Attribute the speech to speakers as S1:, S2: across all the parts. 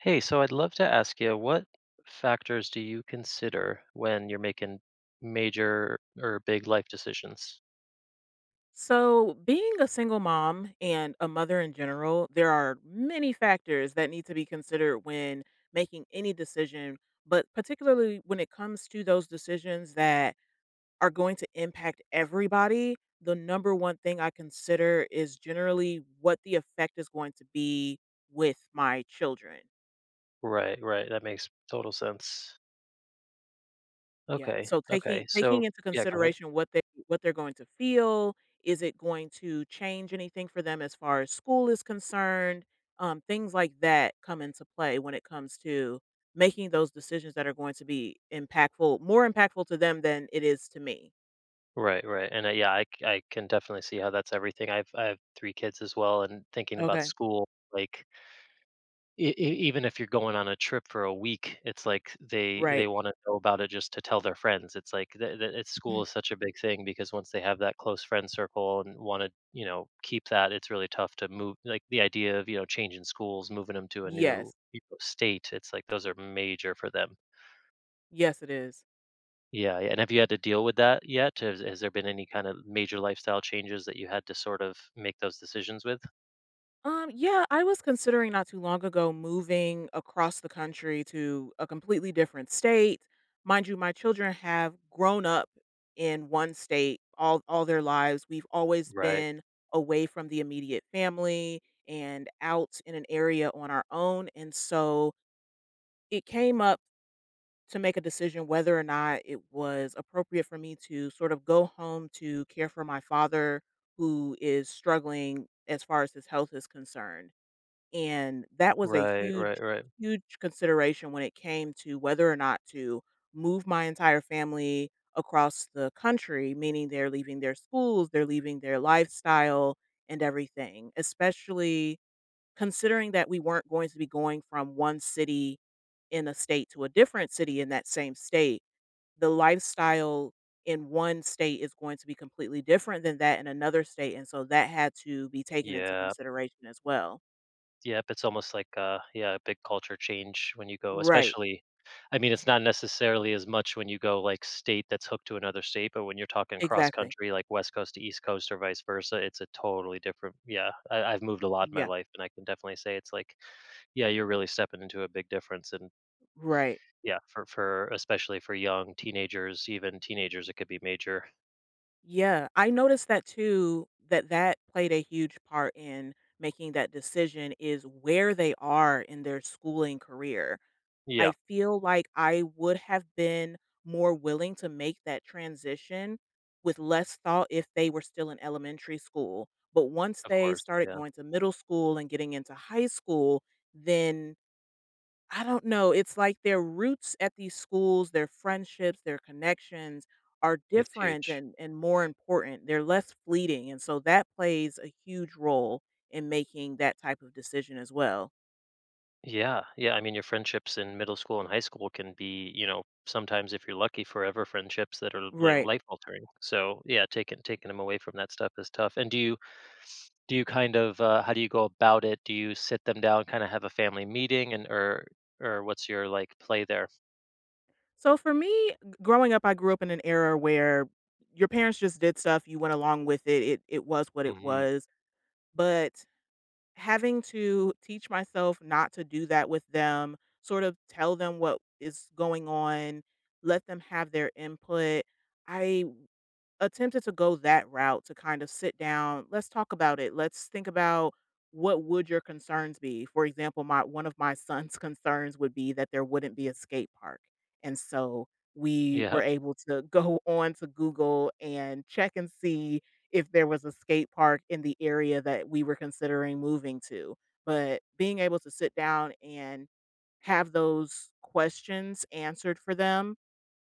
S1: Hey, so I'd love to ask you, what factors do you consider when you're making major or big life decisions?
S2: So, being a single mom and a mother in general, there are many factors that need to be considered when making any decision, but particularly when it comes to those decisions that are going to impact everybody, the number one thing I consider is generally what the effect is going to be with my children.
S1: Right, right. That makes total sense.
S2: Yeah,
S1: Okay,
S2: so
S1: okay.
S2: taking
S1: So,
S2: taking into
S1: yeah, go ahead.
S2: consideration what they what they're going to feel, is it going to change anything for them as far as school is concerned? Things like that come into play when it comes to making those decisions that are going to be impactful more impactful to them than it is to me.
S1: Right, right. And yeah, I can definitely see how that's everything. I have three kids as well, and thinking about
S2: Okay,
S1: school, like E e even if you're going on a trip for a week, it's like they
S2: right.
S1: wanna know about it just to tell their friends. It's like the it's school
S2: Mm.
S1: is such a big thing because once they have that close friend circle and wanna, you know, keep that, it's really tough to move like, the idea of, you know, changing schools, moving them to a new,
S2: Yes.
S1: you know, state, it's like those are major for them.
S2: Yes, it is.
S1: Yeah, yeah, and have you had to deal with that yet? Has there been any kind of major lifestyle changes that you had to sort of make those decisions with?
S2: Yeah, I was considering not too long ago moving across the country to a completely different state. Mind you, my children have grown up in one state all their lives. We've always
S1: Right.
S2: been away from the immediate family and out in an area on our own, and so it came up to make a decision whether or not it was appropriate for me to sort of go home to care for my father who is struggling as far as his health is concerned, and that was a
S1: Right, right,
S2: huge,
S1: right.
S2: huge consideration when it came to whether or not to move my entire family across the country, meaning they're leaving their schools, they're leaving their lifestyle and everything, especially considering that we weren't going to be going from one city in a state to a different city in that same state. The lifestyle in one state is going to be completely different than that in another state. And so that had to be taken into
S1: Yeah.
S2: consideration as well.
S1: Yep, it's almost like a big culture change when you go,
S2: Right.
S1: especially I mean, it's not necessarily as much when you go like state that's hooked to another state, but when you're talking cross
S2: Exactly.
S1: country, like West Coast to East Coast or vice versa, it's a totally different. Yeah, I've moved a lot in my
S2: Yeah,
S1: life, and I can definitely say it's like, yeah, you're really stepping into a big difference, and
S2: right.
S1: yeah, for especially for young teenagers, even teenagers, it could be major.
S2: Yeah, I noticed that too, that that played a huge part in making that decision is where they are in their schooling career.
S1: Yeah,
S2: I feel like I would have been more willing to make that transition with less thought if they were still in elementary school. But once
S1: of
S2: they
S1: course.
S2: started
S1: Yeah,
S2: going to middle school and getting into high school, then I don't know, it's like their roots at these schools, their friendships, their connections are
S1: it's
S2: different
S1: huge.
S2: and more important, they're less fleeting, and so that plays a huge role in making that type of decision as well.
S1: Yeah, yeah. I mean, your friendships in middle school and high school can be, you know, sometimes if you're lucky, forever friendships that are
S2: Right.
S1: life altering. So yeah, taking them away from that stuff is tough. And do you kind of how do you go about it? Do you sit them down, kind of have a family meeting, and or what's your like play there?
S2: So for me, g growing up, I grew up in an era where your parents just did stuff, you went along with it, it was what it
S1: hmm
S2: was, but having to teach myself not to do that with them, sort of tell them what is going on, let them have their input. I attempted to go that route to kind of sit down, let's talk about it. Let's think about what would your concerns be? For example, my one of my son's concerns would be that there wouldn't be a skate park. And so we were
S1: Yep,
S2: able to go on to Google and check and see if there was a skate park in the area that we were considering moving to. But being able to sit down and have those questions answered for them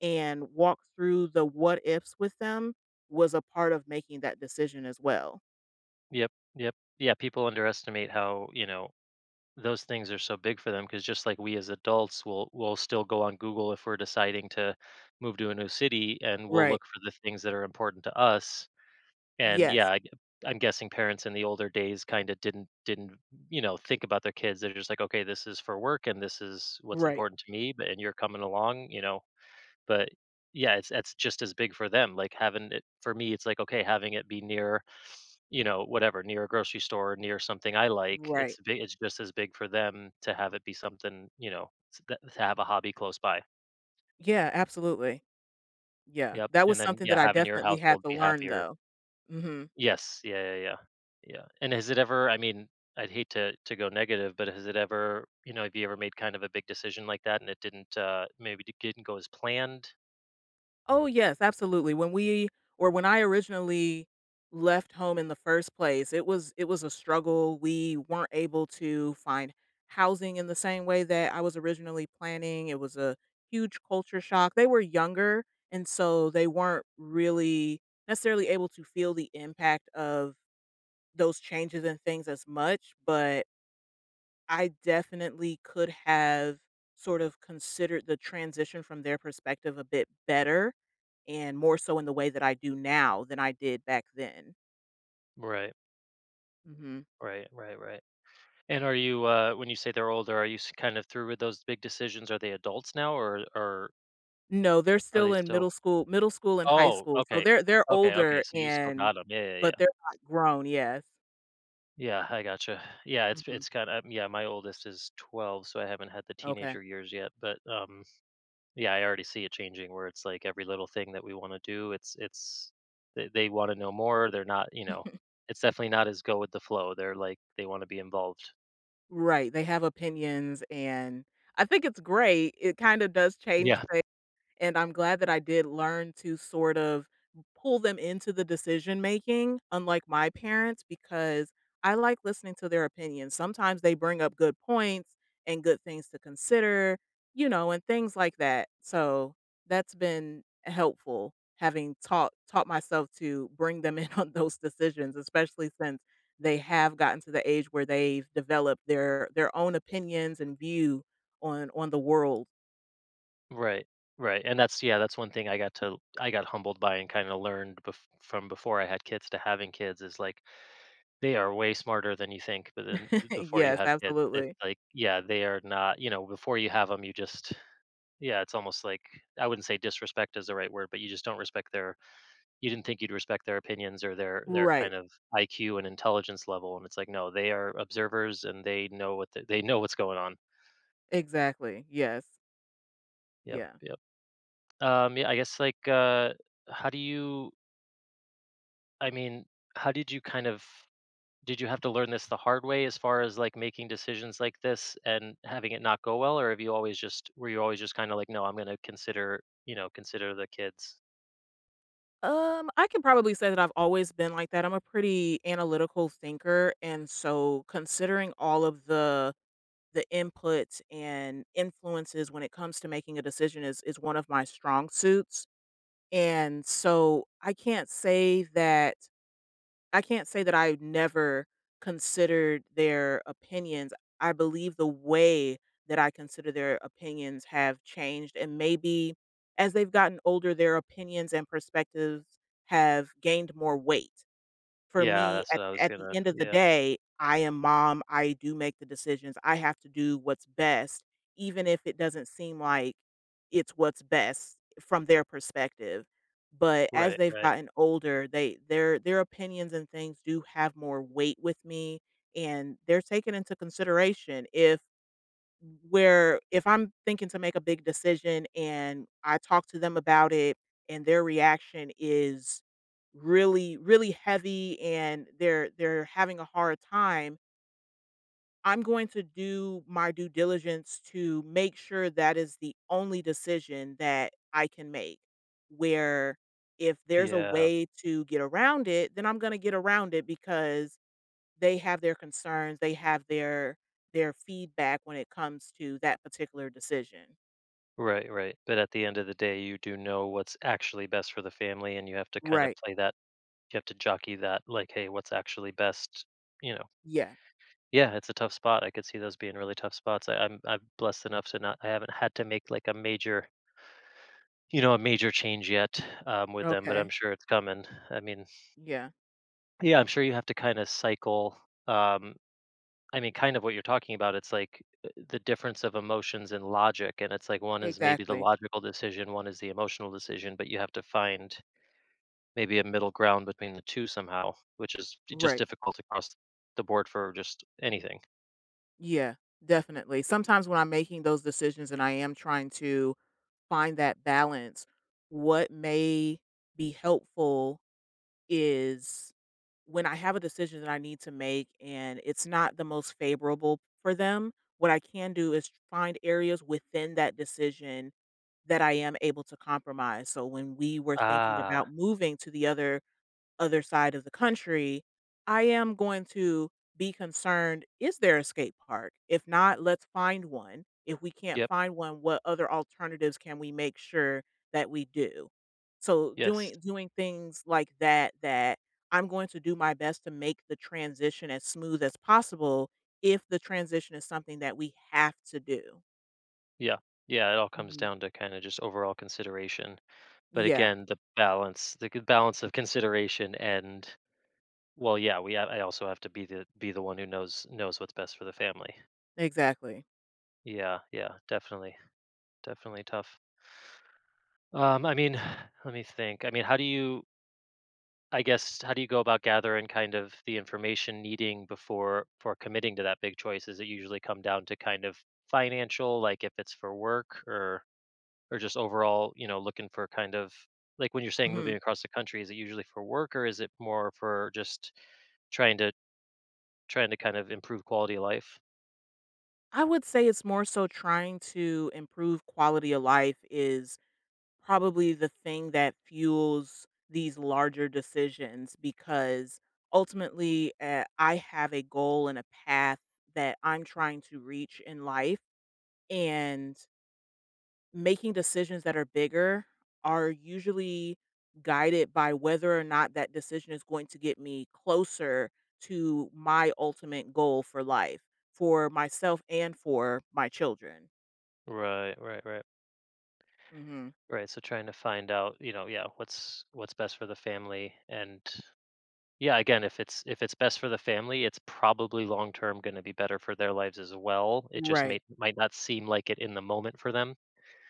S2: and walk through the what ifs with them was a part of making that decision as well.
S1: yep, yep. Yeah, people underestimate how those things are so big for them because just like we as adults will still go on Google if we're deciding to move to a new city and we'll
S2: Right.
S1: look for the things that are important to us. And yeah,
S2: Yes.
S1: I, am guessing parents in the older days kind of didn't you know think about their kids. They're just like, okay, this is for work and this is what's
S2: Right.
S1: important to me. But and you're coming along, you know, but yeah, it's that's just as big for them. Like having it for me, it's like okay, having it be near, you know, whatever, near a grocery store, near something I like. It's
S2: Right.
S1: big. It's just as big for them to have it be something, you know, to have a hobby close by.
S2: Yeah, absolutely. Yeah.
S1: Yep.
S2: That
S1: And
S2: was
S1: then
S2: something that
S1: yeah,
S2: I
S1: having your
S2: definitely had
S1: household
S2: to
S1: be
S2: learn
S1: happier.
S2: though. Mhm.
S1: Yes. Yeah. Yeah. Yeah. Yeah. And has it ever? I mean, I'd hate to go negative, but has it ever? You know, have you ever made kind of a big decision like that and it didn't maybe it didn't go as planned?
S2: Oh, yes, absolutely. When we or when I originally left home in the first place, it was a struggle. We weren't able to find housing in the same way that I was originally planning. It was a huge culture shock. They were younger, and so they weren't really necessarily able to feel the impact of those changes and things as much, but I definitely could have sort of considered the transition from their perspective a bit better and more so in the way that I do now than I did back then.
S1: Right.
S2: Mhm.
S1: Right. Right. Right. And are you, when you say they're older, are you kind of through with those big decisions? Are they adults now, or
S2: No, they're
S1: are they
S2: still in
S1: still?
S2: middle school and high
S1: Oh,
S2: school, so
S1: okay,
S2: they're
S1: okay, okay.
S2: older
S1: So you still
S2: and
S1: got them? Yeah, yeah,
S2: but
S1: yeah.
S2: they're not grown, yes.
S1: Yeah, I gotcha. Yeah, it's
S2: Mhm.
S1: it's kind of yeah. My oldest is 12, so I haven't had the
S2: Okay.
S1: teenager years yet. But yeah, I already see it changing where it's like every little thing that we want to do, they want to know more. They're not, you know, it's definitely not as go with the flow. They're like they want to be involved.
S2: Right, they have opinions, and I think it's great. It kinda does change.
S1: Yeah.
S2: And I'm glad that I did learn to sort of pull them into the decision making, unlike my parents, because I like listening to their opinions. Sometimes they bring up good points and good things to consider, you know, and things like that. So that's been helpful having taught myself to bring them in on those decisions, especially since they have gotten to the age where they've developed their own opinions and view on the world.
S1: Right, right, and that's yeah, that's one thing I got to I got humbled by and kinda learned bef from before I had kids to having kids is, like, they are way smarter than you think, but then b before you
S2: Yes,
S1: have kids, it's
S2: absolutely.
S1: like, yeah, they are not you know, before you have them, you just yeah, it's almost like I wouldn't say disrespect is the right word, but you just don't respect their you didn't think you'd respect their opinions or their kind
S2: Right.
S1: of IQ and intelligence level, and it's like, no, they are observers and they know what they know what's going on.
S2: Exactly. Yes.
S1: Yep,
S2: Yeah.
S1: yep. Yeah, I guess, like, how do you I mean, how did you kind of did you have to learn this the hard way as far as like making decisions like this and having it not go well, or have you always just were you always just kind of like, no, I'm gonna consider you know consider the kids?
S2: I can probably say that I've always been like that. I'm a pretty analytical thinker, and so considering all of the inputs and influences when it comes to making a decision is one of my strong suits. And so I can't say that I never considered their opinions. I believe the way that I consider their opinions have changed, and maybe as they've gotten older, their opinions and perspectives have gained more weight. For
S1: Yeah,
S2: me,
S1: that's
S2: at
S1: what I was
S2: the
S1: gonna.
S2: end of the
S1: Yeah,
S2: day, I am mom, I do make the decisions, I have to do what's best, even if it doesn't seem like it's what's best from their perspective. But as
S1: right,
S2: they've
S1: right.
S2: gotten older, they their opinions and things do have more weight with me, and they're taken into consideration if where if I'm thinking to make a big decision and I talk to them about it and their reaction is really, really heavy and they're having a hard time, I'm going to do my due diligence to make sure that is the only decision that I can make. Where if there's a
S1: Yeah,
S2: way to get around it, then I'm going to get around it because they have their concerns, they have their feedback when it comes to that particular decision.
S1: right, right. But at the end of the day, you do know what's actually best for the family, and you have to kind of
S2: Right.
S1: play that. You have to jockey that, like, hey, what's actually best? You know.
S2: Yeah.
S1: Yeah, it's a tough spot. I could see those being really tough spots. I'm blessed enough to not I haven't had to make like a major you know a major change yet with them, but I'm
S2: Okay.
S1: sure it's coming. I mean,
S2: Yeah.
S1: yeah, I'm sure you have to kind of cycle. Um, I mean, kind of what you're talking about. It's like the difference of emotions and logic, and it's like one is maybe the
S2: Exactly.
S1: logical decision, one is the emotional decision, but you have to find maybe a middle ground between the two somehow, which is just
S2: Right.
S1: difficult across the board for just anything.
S2: Yeah. Definitely. Sometimes when I'm making those decisions and I am trying to find that balance, what may be helpful is when I have a decision that I need to make and it's not the most favorable for them, what I can do is find areas within that decision that I am able to compromise. So when we were thinking
S1: Ah,
S2: about moving to the other side of the country, I am going to be concerned, is there a skate park? If not, let's find one. If we can't
S1: yep,
S2: find one, what other alternatives can we make sure that we do? So
S1: yes.
S2: doing things like that, that I'm going to do my best to make the transition as smooth as possible if the transition is something that we have to do.
S1: Yeah. Yeah, it all comes
S2: Mhm.
S1: down to kinda just overall consideration. But
S2: Yeah,
S1: again, the balance the good balance of consideration and well, yeah, we ha I also have to be the one who knows what's best for the family.
S2: exactly.
S1: Yeah, yeah, definitely, definitely tough. I mean, let me think. I mean, how do you I guess, how do you go about gathering kind of the information needing before for committing to that big choice? Is it usually come down to kind of financial, like if it's for work or just overall, you know, looking for kind of like when you're saying moving
S2: Mhm.
S1: across the country, is it usually for work or is it more for just trying to trying to kind of improve quality of life?
S2: I would say it's more so trying to improve quality of life is probably the thing that fuels these larger decisions because ultimately I have a goal and a path that I'm trying to reach in life, and making decisions that are bigger are usually guided by whether or not that decision is going to get me closer to my ultimate goal for life for myself and for my children.
S1: Right, right, right.
S2: Mhm.
S1: Right. So trying to find out, you know, yeah, what's best for the family and yeah, again, if it's best for the family, it's probably long term going to be better for their lives as well. It just
S2: Right.
S1: may might not seem like it in the moment for them.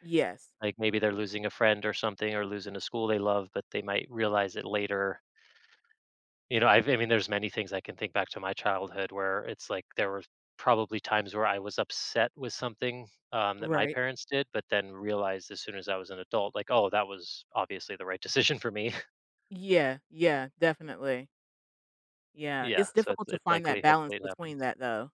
S2: Yes.
S1: Like maybe they're losing a friend or something or losing a school they love, but they might realize it later. I mean, there's many things I can think back to my childhood where it's like there were probably times where I was upset with something that my
S2: Right.
S1: parents did, but then realized as soon as I was an adult, like, oh, that was obviously the right decision for me.
S2: Yeah, yeah, definitely. Yeah,
S1: Yeah,
S2: it's
S1: so
S2: difficult to
S1: it's
S2: find that
S1: likely,
S2: balance
S1: hopefully, it
S2: between
S1: happens.
S2: that, though.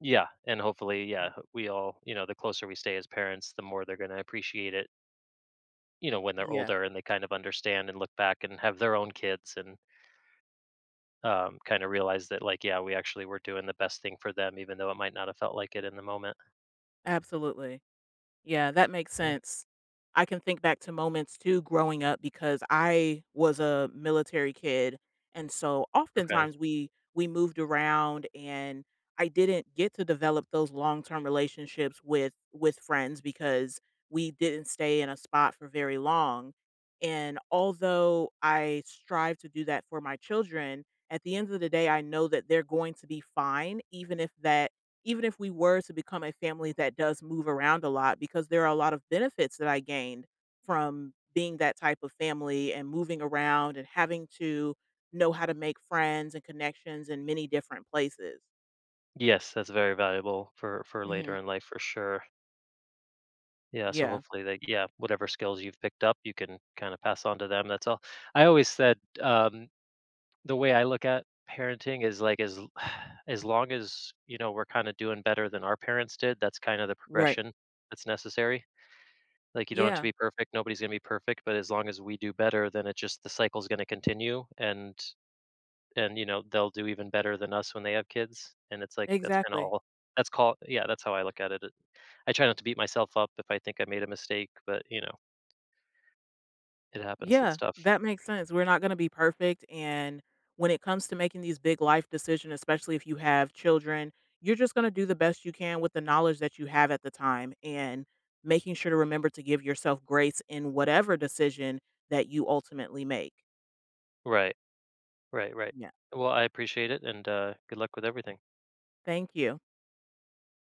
S1: Yeah, and hopefully, yeah,
S2: Mhm.
S1: we all, you know, the closer we stay as parents, the more they're going to appreciate it. You know, when they're
S2: Yeah,
S1: older and they kind of understand and look back and have their own kids and kind of realize that, like, yeah, we actually were doing the best thing for them, even though it might not have felt like it in the moment.
S2: absolutely. Yeah, that makes sense. I can think back to moments too growing up because I was a military kid, and so
S1: Okay.
S2: oftentimes we moved around, and I didn't get to develop those long-term relationships with friends because we didn't stay in a spot for very long. And although I strive to do that for my children, at the end of the day I know that they're going to be fine even if that even if we were to become a family that does move around a lot, because there are a lot of benefits that I gained from being that type of family and moving around and having to know how to make friends and connections in many different places.
S1: Yes, that's very valuable for later
S2: Hmm.
S1: in life for sure. Yeah, so
S2: Yeah.
S1: hopefully like yeah, whatever skills you've picked up, you can kind of pass on to them. That's all. I always said the way I look at parenting is like as long as, you know, we're kind of doing better than our parents did, that's kind of the
S2: Right.
S1: progression that's necessary. Like you don't have to
S2: Yeah.
S1: be perfect, nobody's going to be perfect, but as long as we do better, then it just the cycle's going to continue and you know, they'll do even better than us when they have kids, and it's like that's kinda
S2: Exactly.
S1: all that's called, yeah, that's how I look at it. It I try not to beat myself up if I think I made a mistake, but, you know, it happens, it's
S2: Yeah,
S1: tough.
S2: that makes sense. We're not going to be perfect. And when it comes to making these big life decisions, especially if you have children, you're just going to do the best you can with the knowledge that you have at the time and making sure to remember to give yourself grace in whatever decision that you ultimately make.
S1: Right, right, right.
S2: Yeah.
S1: Well, I appreciate it, and, good luck with everything.
S2: Thank you.